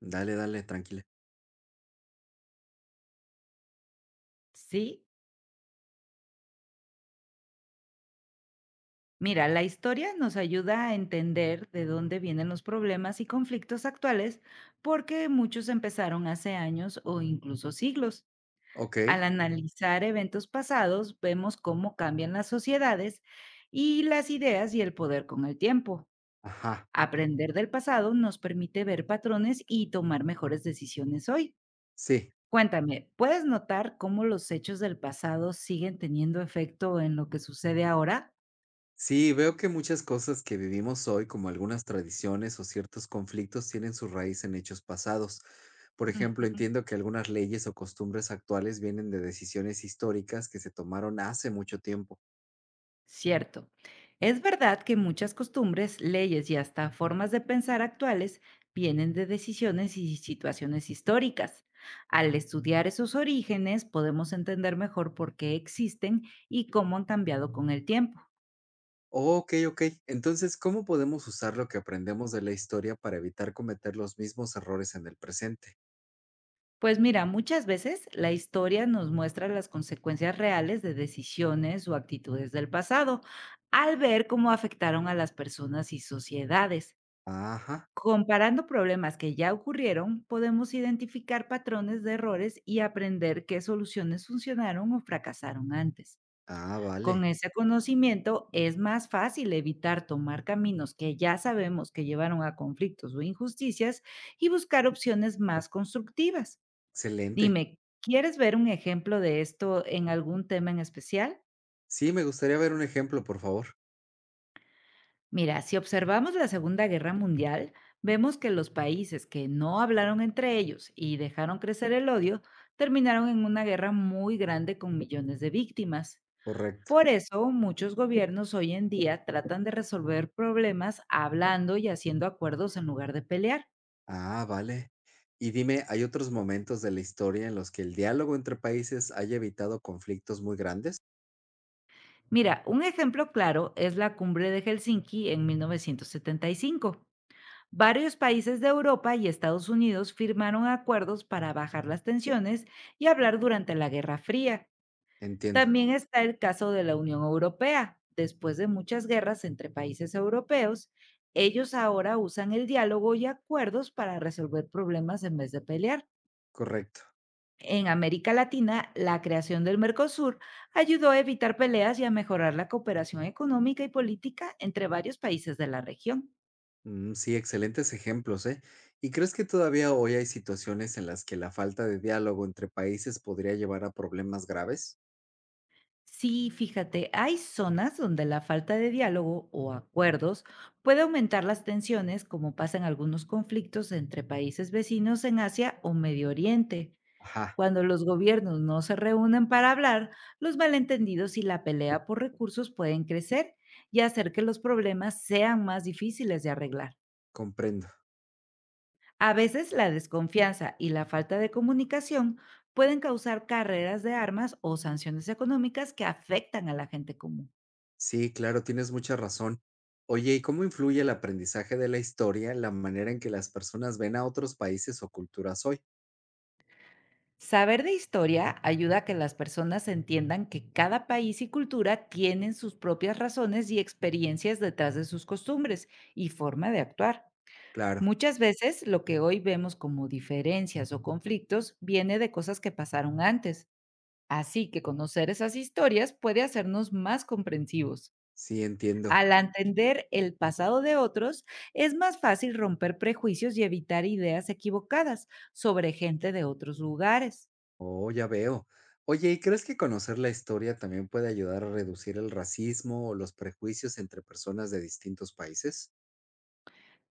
Dale, dale, tranquila. Sí, mira, la historia nos ayuda a entender de dónde vienen los problemas y conflictos actuales, porque muchos empezaron hace años o incluso siglos. Ok, Al analizar eventos pasados, vemos cómo cambian las sociedades y las ideas y el poder con el tiempo. ajá, Aprender del pasado nos permite ver patrones y tomar mejores decisiones hoy. sí. Cuéntame, ¿puedes notar cómo los hechos del pasado siguen teniendo efecto en lo que sucede ahora? Sí, veo que muchas cosas que vivimos hoy, como algunas tradiciones o ciertos conflictos, tienen su raíz en hechos pasados. Por ejemplo, Ujú. entiendo que algunas leyes o costumbres actuales vienen de decisiones históricas que se tomaron hace mucho tiempo. Cierto. Es verdad que muchas costumbres, leyes y hasta formas de pensar actuales vienen de decisiones y situaciones históricas. Al estudiar esos orígenes podemos entender mejor por qué existen y cómo han cambiado con el tiempo. Ok, ok. Entonces, ¿cómo podemos usar lo que aprendemos de la historia para evitar cometer los mismos errores en el presente? Pues mira, muchas veces la historia nos muestra las consecuencias reales de decisiones o actitudes del pasado, al ver cómo afectaron a las personas y sociedades. Ajá. Comparando problemas que ya ocurrieron, podemos identificar patrones de errores y aprender qué soluciones funcionaron o fracasaron antes. Ah, Con vale. ese conocimiento es más fácil evitar tomar caminos que ya sabemos que llevaron a conflictos o injusticias y buscar opciones más constructivas. Excelente. Dime, ¿quieres ver un ejemplo de esto en algún tema en especial? Sí, me gustaría ver un ejemplo, por favor. Mira, si observamos la Segunda Guerra Mundial, vemos que los países que no hablaron entre ellos y dejaron crecer el odio, terminaron en una guerra muy grande con millones de víctimas. Correcto. Por eso, muchos gobiernos hoy en día tratan de resolver problemas hablando y haciendo acuerdos en lugar de pelear. Ah, vale. Y dime, ¿hay otros momentos de la historia en los que el diálogo entre países haya evitado conflictos muy grandes? Mira, un ejemplo claro es la cumbre de Helsinki en 1975. Varios países de Europa y Estados Unidos firmaron acuerdos para bajar las tensiones y hablar durante la Guerra Fría. Entiendo, También está el caso de la Unión Europea. Después de muchas guerras entre países europeos, ellos ahora usan el diálogo y acuerdos para resolver problemas en vez de pelear. correcto. En América Latina, la creación del Mercosur ayudó a evitar peleas y a mejorar la cooperación económica y política entre varios países de la región. Mm, sí, excelentes ejemplos, ¿eh? ¿Y crees que todavía hoy hay situaciones en las que la falta de diálogo entre países podría llevar a problemas graves? Sí, fíjate, hay zonas donde la falta de diálogo o acuerdos puede aumentar las tensiones, como pasa en algunos conflictos entre países vecinos en Asia o Medio Oriente. Ajá, Cuando los gobiernos no se reúnen para hablar, los malentendidos y la pelea por recursos pueden crecer y hacer que los problemas sean más difíciles de arreglar. comprendo. A veces la desconfianza y la falta de comunicación pueden causar carreras de armas o sanciones económicas que afectan a la gente común. Sí, claro, tienes mucha razón. Oye, ¿y cómo influye el aprendizaje de la historia en la manera en que las personas ven a otros países o culturas hoy? Saber de historia ayuda a que las personas entiendan que cada país y cultura tienen sus propias razones y experiencias detrás de sus costumbres y forma de actuar. Claro, Muchas veces lo que hoy vemos como diferencias o conflictos viene de cosas que pasaron antes, así que conocer esas historias puede hacernos más comprensivos. sí, entiendo. Al entender el pasado de otros, es más fácil romper prejuicios y evitar ideas equivocadas sobre gente de otros lugares. Oh, ya veo. Oye, ¿y crees que conocer la historia también puede ayudar a reducir el racismo o los prejuicios entre personas de distintos países?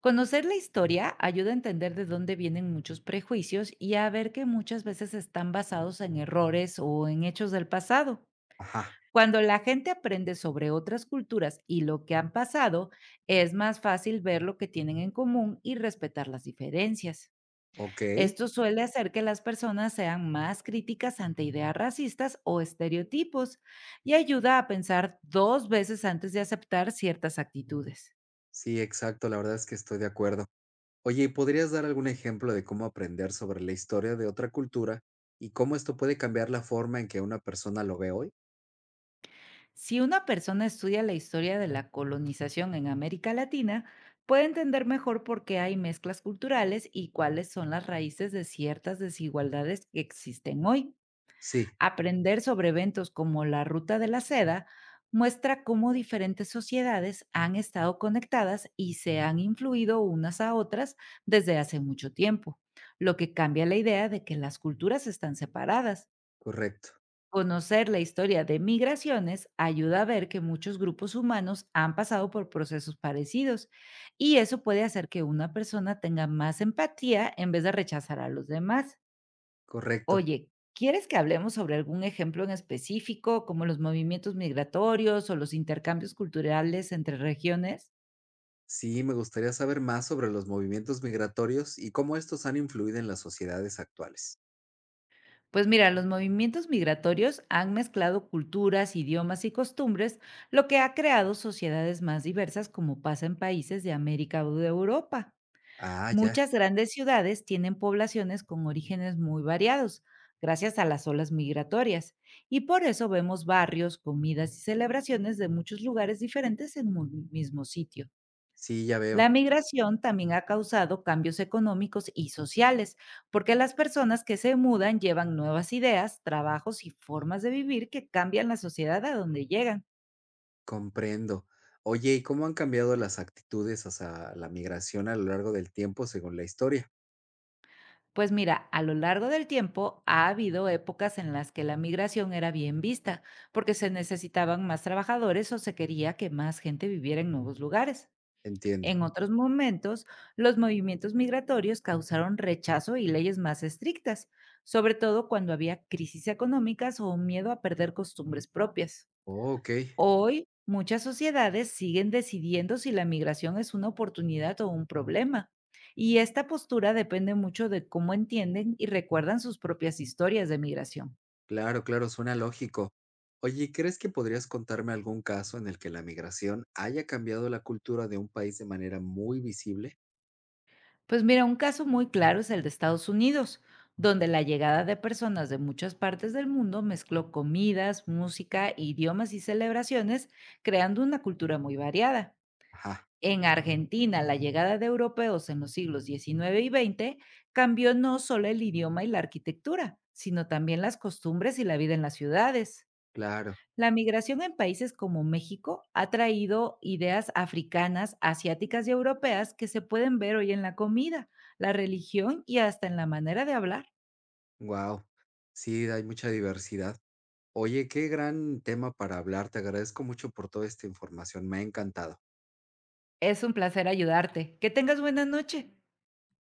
Conocer la historia ayuda a entender de dónde vienen muchos prejuicios y a ver que muchas veces están basados en errores o en hechos del pasado. Ajá, Cuando la gente aprende sobre otras culturas y lo que han pasado, es más fácil ver lo que tienen en común y respetar las diferencias. ok. Esto suele hacer que las personas sean más críticas ante ideas racistas o estereotipos y ayuda a pensar dos veces antes de aceptar ciertas actitudes. Sí, exacto, la verdad es que estoy de acuerdo. Oye, ¿y podrías dar algún ejemplo de cómo aprender sobre la historia de otra cultura y cómo esto puede cambiar la forma en que una persona lo ve hoy? Si una persona estudia la historia de la colonización en América Latina, puede entender mejor por qué hay mezclas culturales y cuáles son las raíces de ciertas desigualdades que existen hoy. Sí, Aprender sobre eventos como la Ruta de la Seda muestra cómo diferentes sociedades han estado conectadas y se han influido unas a otras desde hace mucho tiempo, lo que cambia la idea de que las culturas están separadas. correcto, Conocer la historia de migraciones ayuda a ver que muchos grupos humanos han pasado por procesos parecidos y eso puede hacer que una persona tenga más empatía en vez de rechazar a los demás. correcto. Oye, ¿quieres que hablemos sobre algún ejemplo en específico, como los movimientos migratorios o los intercambios culturales entre regiones? Sí, me gustaría saber más sobre los movimientos migratorios y cómo estos han influido en las sociedades actuales. Pues mira, los movimientos migratorios han mezclado culturas, idiomas y costumbres, lo que ha creado sociedades más diversas como pasa en países de América o de Europa. Ah, ya, Muchas grandes ciudades tienen poblaciones con orígenes muy variados, gracias a las olas migratorias, y por eso vemos barrios, comidas y celebraciones de muchos lugares diferentes en un mismo sitio. sí, ya La veo. migración también ha causado cambios económicos y sociales, porque las personas que se mudan llevan nuevas ideas, trabajos y formas de vivir que cambian la sociedad a donde llegan. Comprendo. Oye, ¿y cómo han cambiado las actitudes hacia la migración a lo largo del tiempo según la historia? Pues mira, a lo largo del tiempo ha habido épocas en las que la migración era bien vista, porque se necesitaban más trabajadores o se quería que más gente viviera en nuevos lugares. Entiendo. En otros momentos, los movimientos migratorios causaron rechazo y leyes más estrictas, sobre todo cuando había crisis económicas o miedo a perder costumbres propias. Oh, ok, Hoy, muchas sociedades siguen decidiendo si la migración es una oportunidad o un problema. Y esta postura depende mucho de cómo entienden y recuerdan sus propias historias de migración. claro, claro, suena lógico. Oye, ¿crees que podrías contarme algún caso en el que la migración haya cambiado la cultura de un país de manera muy visible? Pues mira, un caso muy claro es el de Estados Unidos, donde la llegada de personas de muchas partes del mundo mezcló comidas, música, idiomas y celebraciones, creando una cultura muy variada. Ajá, En Argentina, la llegada de europeos en los siglos XIX y XX cambió no solo el idioma y la arquitectura, sino también las costumbres y la vida en las ciudades. claro, La migración en países como México ha traído ideas africanas, asiáticas y europeas que se pueden ver hoy en la comida, la religión y hasta en la manera de hablar. wow. Sí, hay mucha diversidad. Oye, qué gran tema para hablar. Te agradezco mucho por toda esta información. Me ha encantado. Es un placer ayudarte. Que tengas buena noche.